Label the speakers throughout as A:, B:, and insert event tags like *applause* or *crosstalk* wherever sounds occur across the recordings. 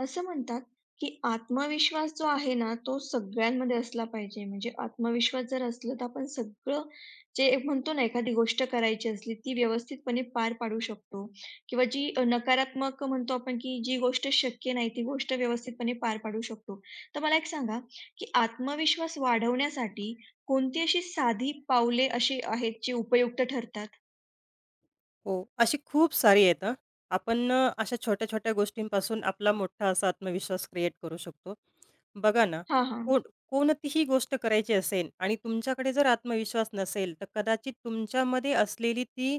A: असं म्हणतात की आत्मविश्वास जो आहे ना, तो सगळ्यांमध्ये असला पाहिजे. म्हणजे आत्मविश्वास जर असला, तर आपण सगळं जे एक म्हणतो ना, एखादी गोष्ट करायची असली, ती व्यवस्थितपणे पार पाडू शकतो किंवा जी नकारात्मक म्हणतो आपण की जी गोष्ट शक्य नाही, ती गोष्ट व्यवस्थितपणे पार पाडू शकतो. तर मला एक सांगा, की आत्मविश्वास वाढवण्यासाठी कोणती अशी साधी पावले अशी आहेत, जी उपयुक्त ठरतात?
B: हो, अशी खूप सारी आहेत हां. आपण अशा छोट्या-छोट्या गोष्टींपासून आपला मोठा असा आत्मविश्वास क्रिएट करू शकतो. बघा ना,
A: हां, हां.
B: कोण कोणतीही गोष्ट करायची असेल आणि तुमच्याकडे जर आत्मविश्वास नसेल, तर कदाचित तुमच्यामध्ये असलेली ती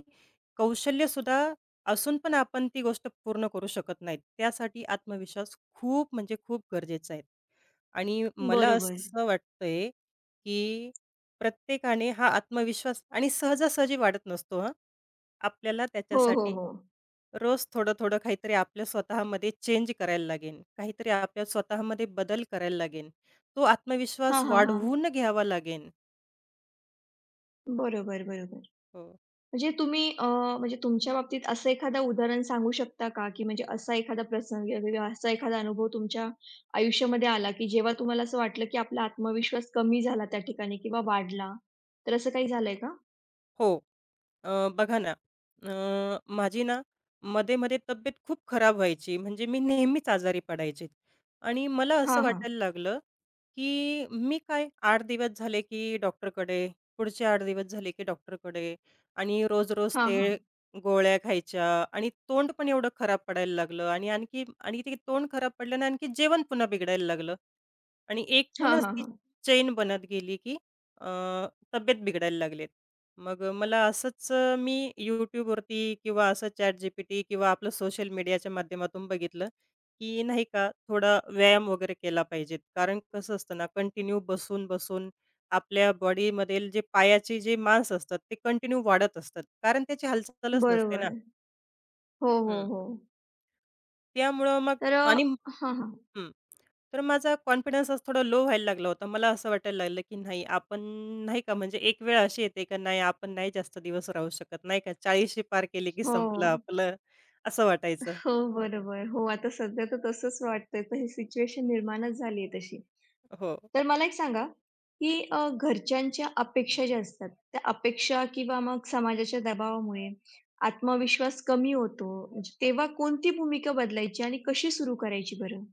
B: कौशल्यसुद्धा असून पण आपण ती गोष्ट पूर्ण करू शकत नाहीत. त्यासाठी आत्मविश्वास खूप म्हणजे खूप गरजेचा आहे. आणि मला
A: बरोबर.
B: असं वाटतंय, की प्रत्येकाने हा आत्मविश्वास आणि सहजासहजी वाढत नसतो हां. आपल्याला
A: हो, हो,
B: त्याच्यासाठी
A: हो.
B: रोज थोडं-थोडं काहीतरी आपल्या स्वतःमध्ये चेंज करायला लागेल. काहीतरी आपल्या स्वतःमध्ये बदल करायला लागेल. तो
A: हां,
B: आत्मविश्वास
A: हां, हां.
B: वाढवून घ्यावा लागेल.
A: बरोबर, बरोबर.
B: हो.
A: म्हणजे तुम्ही म्हणजे तुमच्या बाबतीत असं एखादं उदाहरण सांगू शकता का? की म्हणजे असा एखादा प्रसंग किंवा असा एखादा अनुभव तुमच्या आयुष्यामध्ये आला, की जेव्हा तुम्हाला असं वाटलं, की आपला आत्मविश्वास कमी झाला त्या ठिकाणी किंवा वाढला, तर असं काही झालंय का?
B: हो. बघा ना, माझी ना मध्ये-मध्ये तब्येत खूप खराब व्हायची. म्हणजे मी नेहमीच आजारी पडायचे आणि मला असं
A: हां, हां.
B: वाटायला लागलं, की मी काय 8 दिवस झाले की डॉक्टरकडे, पुढचे 8 दिवस झाले की डॉक्टरकडे आणि रोज-रोज
A: हां, हां.
B: ते गोळ्या खायच्या आणि तोंड पण एवढं खराब पडायला लागलं आणि आणखी आणि ते तोंड खराब पडल्यानं आणखी जेवण पुन्हा बिघडायला लागलं. आणि
A: हां,
B: एकूणच
A: हां,
B: ती
A: हां.
B: चैन बनत गेली, की अ, तब्येत बिघडायला लागलेत. मग मला असंच मी YouTubeवरती किंवा असं ChatGPT किंवा आपलं सोशल मीडियाच्या माध्यमातून बघितलं, की नाही का थोडा व्यायाम वगैरे केला पाहिजेत. कारण कसं असतं ना कंटिन्यू बसून-बसून आपल्या बॉडीमधील जे पायाचे जे मांस असतात ते कंटिन्यू वाढत असतात. कारण त्याची हालचालच नसते ना.
A: बरोबर. हो, हो, हो.
B: त्यामुळं मग
A: तर अ
B: आणि
A: हां, हां.
B: हं. तर माझा कॉन्फिडन्स असं थोडा लो व्हायला लागला होता. मला असं वाटायला लागलं, की नाही आपण नाही का म्हणजे एक वेळ अशी येते का नाही आपण नाही जास्त दिवस राहू शकत नाही का 40शी पार केली की
A: हो.
B: संपलं आपलं, असं वाटायचं.
A: हो, बरोबर. हो, आता सध्या तर तसंच वाटतंय. तर ही सिच्युएशन निर्माणच झाली आहे तशी.
B: हो.
A: तर मला एक सांगा, की घरच्यांच्या अपेक्षा ज्या असतात, त्या अपेक्षा किंवा मग समाजाच्या दबावामुळे आत्मविश्वास कमी होतो. म्हणजे तेव्हा कोणती भूमिका बदलायची आणि कशी सुरू करायची बरं?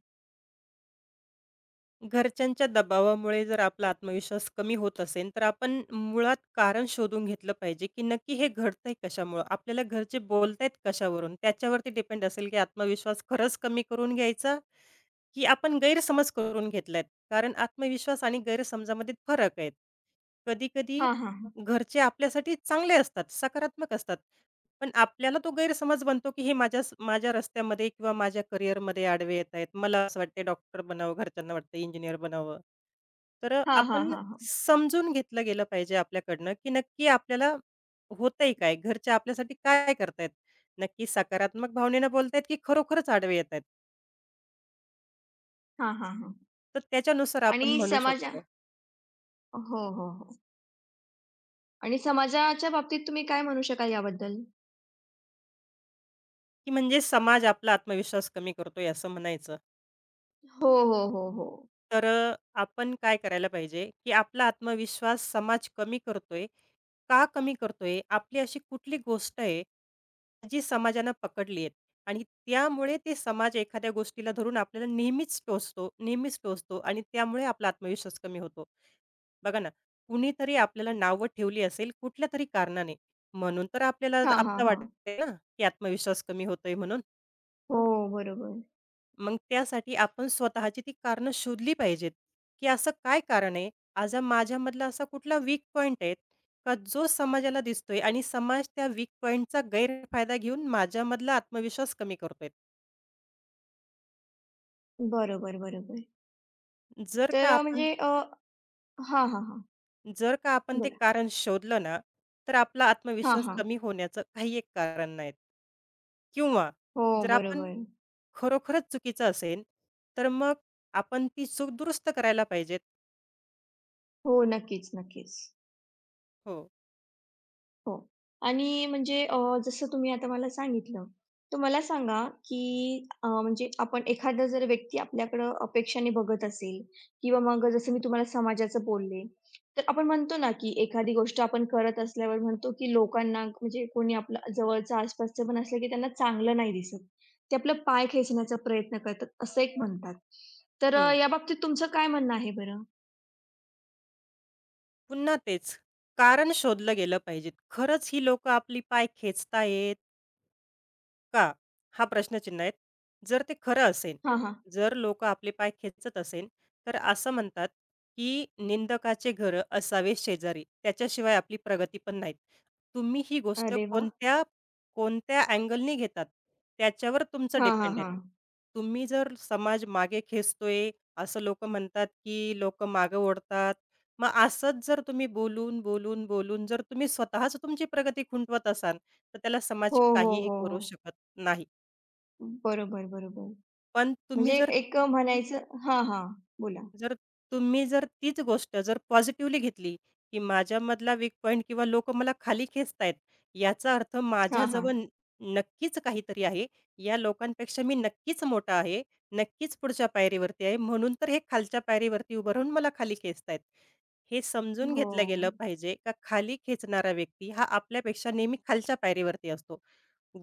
B: घरच्यांच्या दबावामुळे जर आपला आत्मविश्वास कमी होत असेल, तर आपण मुळात कारण शोधून घेतलं पाहिजे, की नक्की हे घडतंय कशामुळं? आपल्याला घरचे बोलतायत कशावरून? त्याच्यावरती डिपेंड असेल, की आत्मविश्वास खरंच कमी करून घ्यायचा की आपण गैरसमज करून घेतलेत. कारण आत्मविश्वास आणि गैरसमजामध्ये फरक आहेत. कधी-कधी
A: हां, हां, हां.
B: घरचे आपल्यासाठी चांगले असतात, सकारात्मक असतात. पण आपल्याला तो गैरसमज बनतो, की हे माझ्यास माझ्या रस्त्यामध्ये किंवा माझ्या करिअरमध्ये आडवे येत आहेत. मला असं वाटते डॉक्टर बनावं, घरच्यांना वाटतं इंजिनिअर बनावं. तर
A: हां, हां,
B: आपण
A: हां, हां.
B: समजून घेतलं गेलं पाहिजे आपल्याकडनं, की नक्की आपल्याला होतंय काय? घरचे आपल्यासाठी काय करतायत? नक्की सकारात्मक भावनेनं बोलतायत, की खरोखरच आडवे येतायत?
A: हां, हां,
B: तर त्याच्यानुसार आपण
A: आणि
B: म्हणू
A: समाजा
B: शकतो,
A: हो, हो, हो. आणि समाजाच्या बाबतीत तुम्ही काय म्हणू शकाल याबद्दल?
B: की म्हणजे समाज आपला आत्मविश्वास कमी करतोय असं म्हणायचं.
A: हो, हो, हो, हो.
B: तर आपण काय करायला पाहिजे, की आपला आत्मविश्वास समाज कमी करतोय. का कमी करतोय? आपली अशी कुठली गोष्ट आहे, जी समाजानं पकडली आहे आणि त्यामुळे ते समाज एखाद्या गोष्टीला धरून आपल्याला नेहमीच टोचतो, नेहमीच टोचतो आणि त्यामुळे आपला आत्मविश्वास कमी होतो. बघा ना, कुणीतरी आपल्याला नावं ठेवली असेल कुठल्यातरी कारणाने. म्हणून तर आपल्याला
A: हां, हां,
B: आपलं
A: हां.
B: वाटतंय ना, की आत्मविश्वास कमी होतोय म्हणून.
A: हो, बरोबर.
B: मग त्यासाठी आपण स्वतःची ती कारणं शोधली पाहिजेत, की असं काय कारण आहे? आज माझ्यामधला असा कुठला वीक पॉइंट आहे का जो समाजाला दिसतोय आणि समाज त्या वीक पॉइंटचा गैरफायदा घेऊन माझ्यामधला आत्मविश्वास कमी करतोय.
A: बरोबर, बरोबर.
B: जर का
A: तर
B: आपण
A: म्हणजे अ हां, हां, हां.
B: जर का आपण ते
A: बोला.
B: कारण शोधलं ना, तर आपला
A: हां,
B: आत्मविश्वास
A: हां.
B: कमी होण्याचं काही एक कारण नाहीत. किंवा
A: हो,
B: जर आपण
A: बरोबर.
B: खरोखरच चुकीचं असेल, तर मग आपण ती चूक दुरुस्त करायला पाहिजेत.
A: हो, नक्कीच, नक्कीच.
B: हो.
A: हो. आणि जसं तुम्ही आता मला सांगितलं, तर मला सांगा, की म्हणजे आपण एखादा जर व्यक्ती आपल्याकडं अपेक्षाने बघत असेल किंवा मग जसं मी तुम्हाला समाजाचं बोलले, तर आपण म्हणतो ना, की एखादी गोष्ट आपण करत असल्यावर म्हणतो, की लोकांना म्हणजे कोणी आपलं जवळचं आसपासचं पण असलं, की त्यांना चांगलं नाही दिसत. ते आपलं पाय खेचण्याचा प्रयत्न करतात, असं एक म्हणतात. तर
B: हं.
A: याबाबतीत तुमचं काय म्हणणं आहे बरं?
B: पुन्हा तेच. कारण शोधलं गेलं पाहिजे. खरंच ही लोकं आपली पाय खेचतायेत का? हा प्रश्नचिन्ह आहेत. जर ते खरं असेल,
A: हां, हां.
B: जर लोकं आपले पाय खेचत असेल, तर असं म्हणतात, की "निंदकाचे घरं असावे शेजारी, त्याच्याशिवाय आपली प्रगती पण नाहीत." तुम्ही ही गोष्ट
A: अरे वाह!
B: कोणत्या कोणत्या अँगलनी घेतात, त्याच्यावर तुमचं
A: हां, हां,
B: डिपेंड आहे.
A: हां.
B: तुम्ही जर समाज मागे खेचतोय, असं लोकं म्हणतात, की लोकं मागं ओढतात. मग असंच जर तुम्ही बोलून, बोलून, बोलून जर तुम्ही स्वतःच तुमची प्रगती खुंटवत असाल, तर त्याला समाज
A: हो, हो,
B: काहीही
A: हो, हो.
B: करू शकत नाही.
A: बरोबर, बरोबर.
B: पण तुम्ही जर
A: म्हणायचं हां, हां. बोला.
B: जर तुम्ही जर तीच गोष्ट जर पॉझिटिव्हली घेतली, की माझ्यामधला वीक पॉइंट किंवा लोकं मला खाली खेचतायत, याचा अर्थ
A: हां, हां.
B: माझ्याजवळ नक्कीच काहीतरी आहे. या लोकांपेक्षा मी नक्कीच मोठा आहे, नक्कीच पुढच्या पायरीवरती आहे, म्हणून तर हे खालच्या पायरीवरती उभं राहून मला खाली खेचतायत. हे समजून
A: हो.
B: घेतलं गेलं पाहिजे, का खाली खेचणारा व्यक्ती हा आपल्यापेक्षा नेहमी खालच्या पायरीवरती असतो.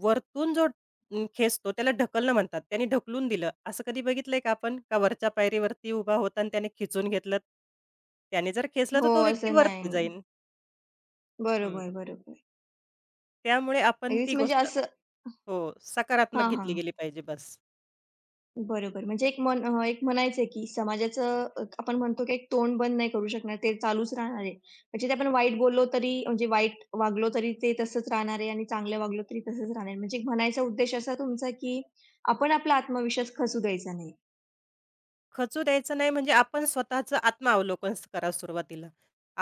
B: वरतून जो खेचतो, त्याला ढकलणं म्हणतात. त्याने ढकलून दिलं. असं कधी बघितलंय का आपण? का वरच्या पायरीवरती उभा होता आणि त्याने खिचून घेतलं? त्याने जर खेचलं तर
A: हो,
B: तो व्यक्ती
A: असं नाही.
B: वरती जाईल. हं.
A: बरोबर, बरोबर.
B: त्यामुळे आपण
A: अगदीच
B: ती
A: म्हणजे
B: गोष्ट
A: असं
B: हो, सकारात्मक
A: हां, हां.
B: घेतली गेली पाहिजे बस.
A: बरोबर. म्हणजे एक म्हणायचं आहे की समाजाचं, आपण म्हणतो की एक तोंड बंद नाही करू शकणार, ते चालूच राहणार आहे. म्हणजे ते आपण वाईट बोललो तरी म्हणजे वाईट वागलो तरी ते तसंच राहणार आहे आणि चांगलं वागलो तरी तसंच राहणार आहे. म्हणजे एक म्हणायचा उद्देश असा तुमचा की आपण आपला आत्मविश्वास खचू द्यायचा नाही.
B: खचू द्यायचं नाही म्हणजे आपण स्वतःचं आत्मावलोकन करा सुरुवातीला.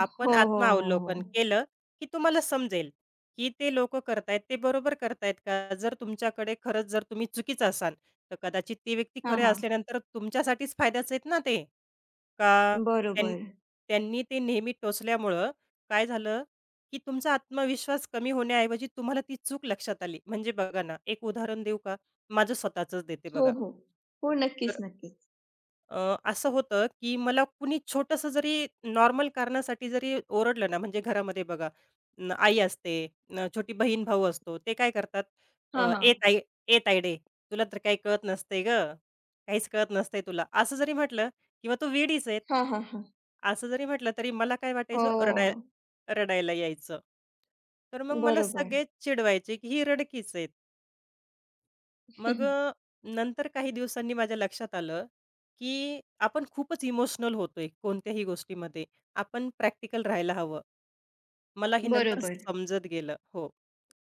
A: हो, हो, हो,
B: आत्मावलोकन
A: हो.
B: केलं, की तुम्हाला समजेल, की ते लोक करतायत ते बरोबर करतायत का? जर तुमच्याकडे खरंच जर तुम्ही चुकीचं असाल, तर कदाचित ती व्यक्ती
A: हां,
B: खरे
A: हां.
B: असल्यानंतर तुमच्यासाठीच फायद्याचं आहेत ना ते. का त्यां
A: बरोबर.
B: त्यांनी ते नेहमी टोचल्यामुळं काय झालं, की तुमचा आत्मविश्वास कमी होण्याऐवजी तुम्हाला ती चूक लक्षात आली. म्हणजे बघा ना, एक उदाहरण देऊ का? माझं स्वतःचंच देते
A: हो,
B: बघा.
A: हो. हो, नक्कीच, नक्कीच.
B: असं होतं, की मला कुणी छोटंसं जरी नॉर्मल कारणासाठी जरी ओरडलं ना, म्हणजे घरामध्ये बघा न आई असते, न छोटी बहीण-भाऊ असतो. ते काय करतात
A: हां, हां.
B: "ए ताई, ए तायडे, तुला तर काही कळत नसतंय गं, काहीच कळत नसतंय तुला." असं जरी म्हटलं किंवा "तू वेडीच आहे."
A: हां, हां, हां.
B: असं जरी म्हटलं तरी मला काय वाटायचं
A: हो,
B: रडायला यायचं. तर मग मला
A: बरोबर,
B: सगळेच चिडवायचे, की "ही रडकीच आहे." मग
A: *laughs*
B: नंतर काही दिवसांनी माझ्या लक्षात आलं, की आपण खूपच इमोशनल होतोय कोणत्याही गोष्टीमध्ये. आपण प्रॅक्टिकल राहायला हवं. मला हे नंतर
A: बरोबर.
B: समजत गेलं. हो.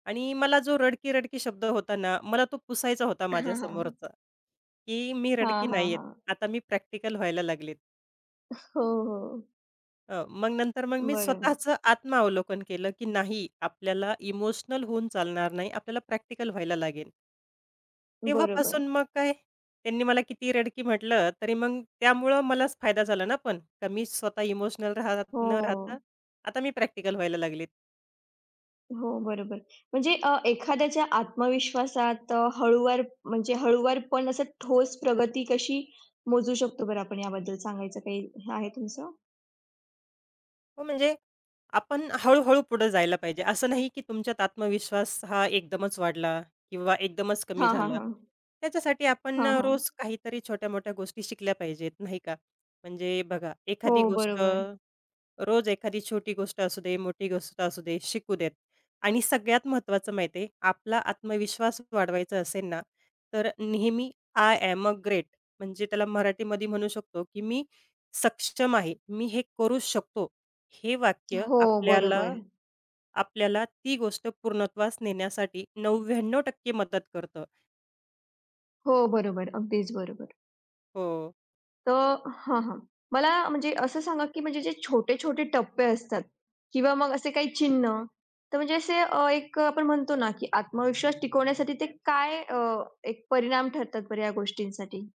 B: आणि मला जो रडकी-रडकी शब्द होता ना, मला तो पुसायचा होता माझ्या
A: हां, हां.
B: समोरचा, की मी
A: हां,
B: रडकी
A: हां,
B: नाहीये.
A: हां.
B: आता मी प्रॅक्टिकल व्हायला लागलेत.
A: हो, हो.
B: मग नंतर मी
A: बरोबर,
B: स्वतःचं आत्मावलोकन केलं, की नाही आपल्याला इमोशनल होऊन चालणार नाही. आपल्याला प्रॅक्टिकल व्हायला लागेल.
A: बरोबर.
B: तेव्हापासून मग काय, त्यांनी मला कितीही रडकी म्हटलं, तरी मग त्यामुळं मलाच फायदा झाला ना पण, का मी स्वतः इमोशनल राहता,
A: हो,
B: आता मी प्रॅक्टिकल व्हायला लागले.
A: हो, बरोबर. एखाद्याच्या आत्मविश्वासात हळूवारपण असं ठोस प्रगती कशी मोजू शकतो बरं आपण याबद्दल सांगायचं काही आहे तुमचं?
B: हो, म्हणजे आपण हळू-हळू पुढे जायला पाहिजे. असं नाही की तुमच्यात आत्मविश्वास हा एकदमच वाढला किंवा एकदमच कमी
A: हां, हां,
B: झाला.
A: हां.
B: त्याच्यासाठी आपण
A: हां, हां.
B: रोज काहीतरी छोट्या-मोठ्या गोष्टी शिकल्या पाहिजेत, नाही का? म्हणजे बघा,
A: हो,
B: एखादी गोष्ट
A: बरोबर.
B: रोज एखादी छोटी गोष्ट असू दे, मोठी गोष्ट असू दे, शिकू देत. आणि सगळ्यात महत्त्वाचं माहिती आहे, आपला आत्मविश्वास वाढवायचा असेल ना, तर नेहमी आय एम अ ग्रेट म्हणजे त्याला मराठीमध्ये म्हणू शकतो, की मी सक्षम आहे. मी हे करू शकतो. हे वाक्य
A: हो,
B: आपल्याला
A: बरोबर.
B: आपल्याला ती गोष्ट पूर्णत्वास नेण्यासाठी 99% मदत करतं.
A: हो, बरोबर. अगदीच बरोबर.
B: हो.
A: तर हां, हां. मला म्हणजे असं सांगा, की म्हणजे जे छोटे-छोटे टप्पे असतात किंवा मग असे काही चिन्ह, तर म्हणजे एक आपण म्हणतो ना, की आत्मविश्वास टिकवण्यासाठी ते काय, एक परिणाम ठरतात बरं या गोष्टींसाठी?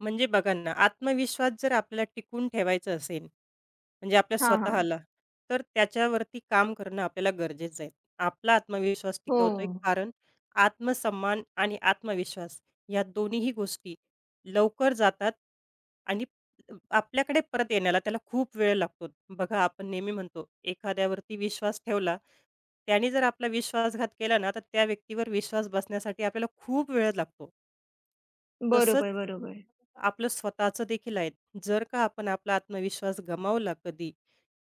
B: म्हणजे बघा ना, आत्मविश्वास जर आपल्याला टिकवून ठेवायचा असेल, म्हणजे आपल्या
A: हां, हां.
B: स्वतःला, तर त्याच्यावरती काम करणं आपल्याला गरजेचं आहे. आपला आत्मविश्वास
A: हो.
B: टिकवतोय कारण आत्मसन्मान आणि आत्मविश्वास या दोन्हीही गोष्टी लवकर जातात आणि आपल्याकडे परत येण्याला त्याला खूप वेळ लागतो. बघा, आपण नेहमी म्हणतो, एखाद्यावरती विश्वास ठेवला, त्याने जर आपला विश्वासघात केला ना, तर त्या व्यक्तीवर विश्वास बसण्यासाठी आपल्याला खूप वेळ लागतो. तसंच
A: बरोबर, बरोबर.
B: आपलं स्वतःचं देखील आहे. जर का आपण आपला आत्मविश्वास गमावला कधी,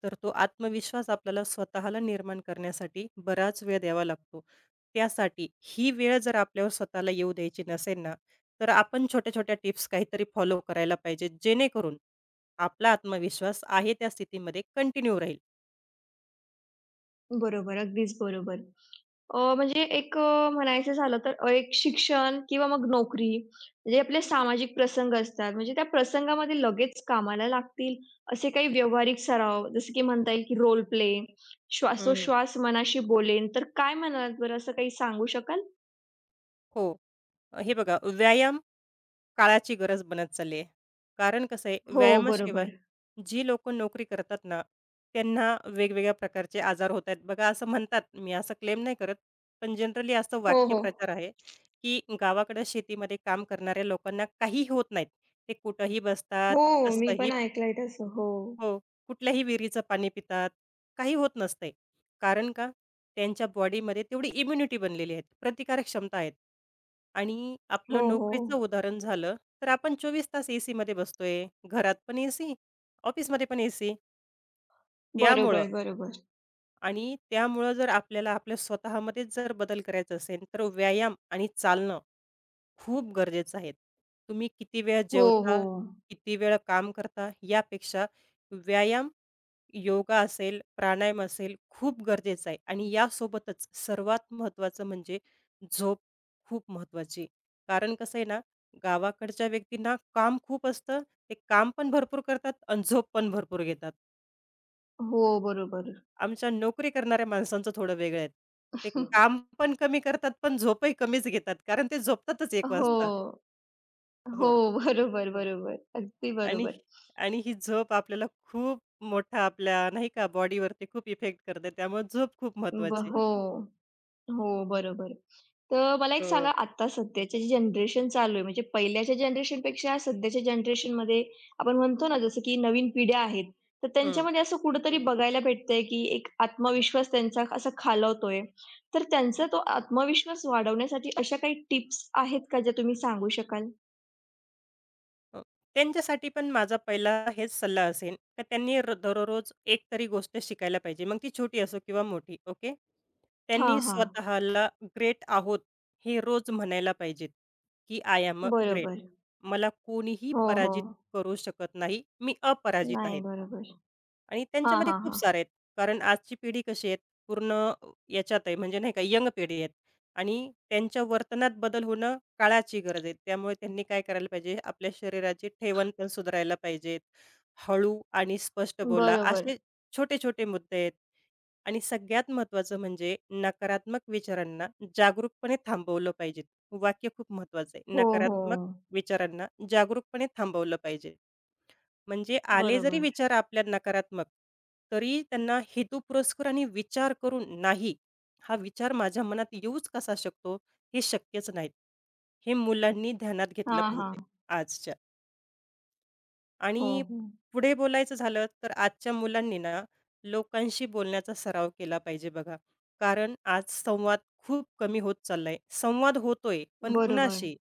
B: तर तो आत्मविश्वास आपल्याला स्वतःला निर्माण करण्यासाठी बराच वेळ द्यावा लागतो. त्यासाठी ही वेळ जर आपल्यावर स्वतःला येऊ द्यायची नसेल ना, तर आपण छोट्या-छोट्या टिप्स काहीतरी फॉलो करायला पाहिजे, जेणेकरून आपला आत्मविश्वास आहे त्या स्थितीमध्ये कंटिन्यू राहील.
A: बरोबर. अगदीच बरोबर. म्हणजे म्हणायचं झालं तर एक शिक्षण किंवा मग नोकरी, म्हणजे आपले सामाजिक प्रसंग असतात. म्हणजे त्या प्रसंगामध्ये लगेच कामाला लागतील असे काही व्यावहारिक सराव, जसं की म्हणता येईल की रोल प्ले,
B: हं,
A: श्वासोश्वास मनाशी बोलेन, तर काय म्हणाल बरं असं काही सांगू शकाल?
B: हो. हे बघा व्यायाम काळाची गरज बनत चालली आहे. कारण कसं आहे,
A: हो,
B: व्यायामाशिवाय
A: बरोबर.
B: जी लोकं नोकरी करतात ना, त्यांना वेगवेगळ्या प्रकारचे आजार होत आहेत. बघा असं म्हणतात, मी असं क्लेम नाही करत, पण जनरली असं
A: हो, हो.
B: वाक्यप्रचार आहे, की गावाकडं शेतीमध्ये काम करणाऱ्या लोकांना काही होत नाहीत. ते कुठंही बसतात,
A: हो, मी
B: कसंही
A: पण ऐकलंय तसं. हो.
B: हो. कुठल्याही विहिरीचं पाणी पितात. काही होत नसते, कारण का? त्यांच्या बॉडीमध्ये तेवढी इम्युनिटी बनलेली आहे. प्रतिकारक क्षमता आहेत. आणि
A: हो,
B: आपलं
A: हो.
B: नोकरीचं उदाहरण झालं, तर आपण 24 तास एसीमध्ये बसतोय. घरात पण एसी, ऑफिसमध्ये पण एसी. त्यामुळं
A: बरोबर, बरोबर.
B: आणि त्यामुळं जर आपल्याला आपल्या स्वतःमध्येच जर बदल करायचा असेल, तर व्यायाम आणि चालणं खूप गरजेचं आहे. तुम्ही किती वेळ
A: हो, हो.
B: जेवता, किती वेळ काम करता, यापेक्षा व्यायाम, योगा असेल, प्राणायाम असेल, खूप गरजेचं आहे आणि यासोबतच सर्वात महत्त्वाचं म्हणजे झोप खूप महत्त्वाची कारण कसं आहे ना, गावाकडच्या व्यक्तींना काम खूप असतं. ते काम पण भरपूर करतात आणि झोप पण भरपूर घेतात.
A: हो, बरोबर.
B: आमच्या नोकरी करणाऱ्या माणसांचं थोडं वेगळं आहे. ते काम
A: *laughs*
B: पण कमी करतात, पण झोपही कमीच घेतात. कारण ते झोपतातच 1
A: हो.
B: वाजता.
A: हो,
B: हो.
A: बरोबर, बरोबर. अगदी
B: आणि
A: बरोबर.
B: आणि ही झोप आपल्याला खूप मोठा आपल्या नाही का बॉडीवरती खूप इफेक्ट करते. त्यामुळे झोप खूप महत्त्वाची.
A: हो, हो, बरोबर. तर मला एक
B: हो.
A: सांगा, आता सध्याची जी जनरेशन चालू आहे, म्हणजे पहिल्याच्या generation पेक्षा, सध्याच्या जनरेशनमध्ये आपण म्हणतो ना, जसं की नवीन पिढ्या आहेत, तर
B: हं.
A: त्यांच्यामध्ये असं कुठेतरी बघायला भेटतंय, की एक आत्मविश्वास त्यांचा असा खालावतोय. तर त्यांचा तो आत्मविश्वास वाढवण्यासाठी अशा काही टिप्स आहेत का, ज्या तुम्ही सांगू शकाल?
B: अ, त्यांच्यासाठी पण माझा पहिला हेच सल्ला असेल, तर त्यांनी दररोज एक तरी गोष्ट शिकायला पाहिजे. मग ती छोटी असो किंवा मोठी. ओके.
A: हां,
B: त्यांनी
A: हां.
B: स्वतःला ग्रेट आहोत हे रोज म्हणायला पाहिजेत, की आय एम अ ग्रेट.
A: बरोबर.
B: मला कोणीही
A: हो, हो.
B: पराजित करू शकत नाही. मी अपराजित आहे.
A: नाही, बरोबर.
B: आणि
A: हां,
B: त्यांच्यामध्ये
A: हां,
B: खूप
A: हां.
B: सारे आहेत. कारण आजची पिढी कशी आहे पूर्ण याच्यात आहे म्हणजे नाही का यंग पिढी आहे. आणि त्यांच्या वर्तनात बदल होणं काळाची गरज आहे. त्यामुळे त्यांनी काय करायला पाहिजे, आपल्या शरीराची ठेवण पण सुधारायला पाहिजेत. हळू आणि स्पष्ट बोला,
A: बरोबर.
B: असे छोटे-छोटे मुद्दे आहेत. आणि सगळ्यात महत्त्वाचं म्हणजे नकारात्मक विचारांना जागरूकपणे थांबवलं पाहिजे. वाक्य खूप महत्त्वाचं आहे.
A: हो, हो.
B: नकारात्मक विचारांना जागरूकपणे थांबवलं पाहिजे. म्हणजे आले जरी
A: बरोबर.
B: विचार आपल्या नकारात्मक, तरी त्यांना हेतुपुरस्सर आणि विचार करून नाही, हा विचार माझ्या मनात येऊच कसा शकतो, हे शक्यच नाहीत. हे मुलांनी ध्यानात घेतलं
A: हां,
B: पाहिजे
A: हां.
B: आजच्या.
A: हो,
B: आणि
A: हो.
B: पुढे बोलायचं झालं तर आजच्या मुलांनी ना लोकांशी बोलण्याचा सराव केला पाहिजे बघा. कारण आज संवाद खूप कमी होत चाललाय. संवाद होतोय, पण
A: बरोबर.
B: कुणाशी?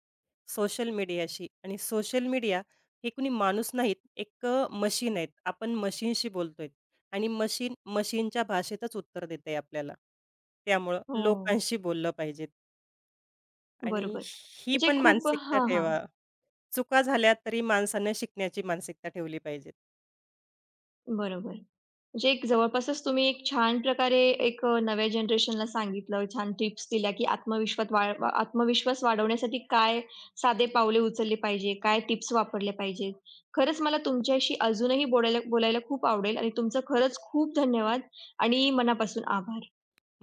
B: सोशल मीडियाशी आणि सोशल मीडिया हे कुणी माणूस नाहीत, एक मशीन आहेत. आपण मशीनशी बोलतोय आणि मशीन मशीनच्या भाषेतच उत्तर देते आपल्याला. त्यामुळं
A: हो,
B: लोकांशी बोललं पाहिजे आणि
A: बरोबर.
B: ही
A: म्हणजे
B: पण
A: खूप
B: मानसिकता
A: हां, हां.
B: ठेवा. चुका झाल्या तरी माणसानं शिकण्याची मानसिकता ठेवली पाहिजे.
A: बरोबर. म्हणजे एक जवळपासच तुम्ही एक छान प्रकारे एक नव्या जनरेशनला सांगितलं, छान टिप्स दिल्या, की आत्मविश्वात वाळ वा आत्मविश्वास वाढवण्यासाठी काय साधे पावले उचलली पाहिजे, काय टिप्स वापरल्या पाहिजेत. खरंच मला तुमच्याशी अजूनही बोलायला बोलायला खूप आवडेल आणि तुमचं खरंच खूप धन्यवाद आणि मनापासून आभार.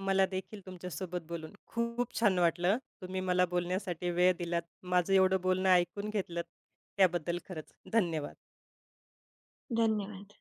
B: मला देखील तुमच्यासोबत बोलून खूप छान वाटलं. तुम्ही मला बोलण्यासाठी वेळ दिलात. माझं एवढं बोलणं ऐकून घेतलत त्याबद्दल खरंच धन्यवाद.
A: धन्यवाद.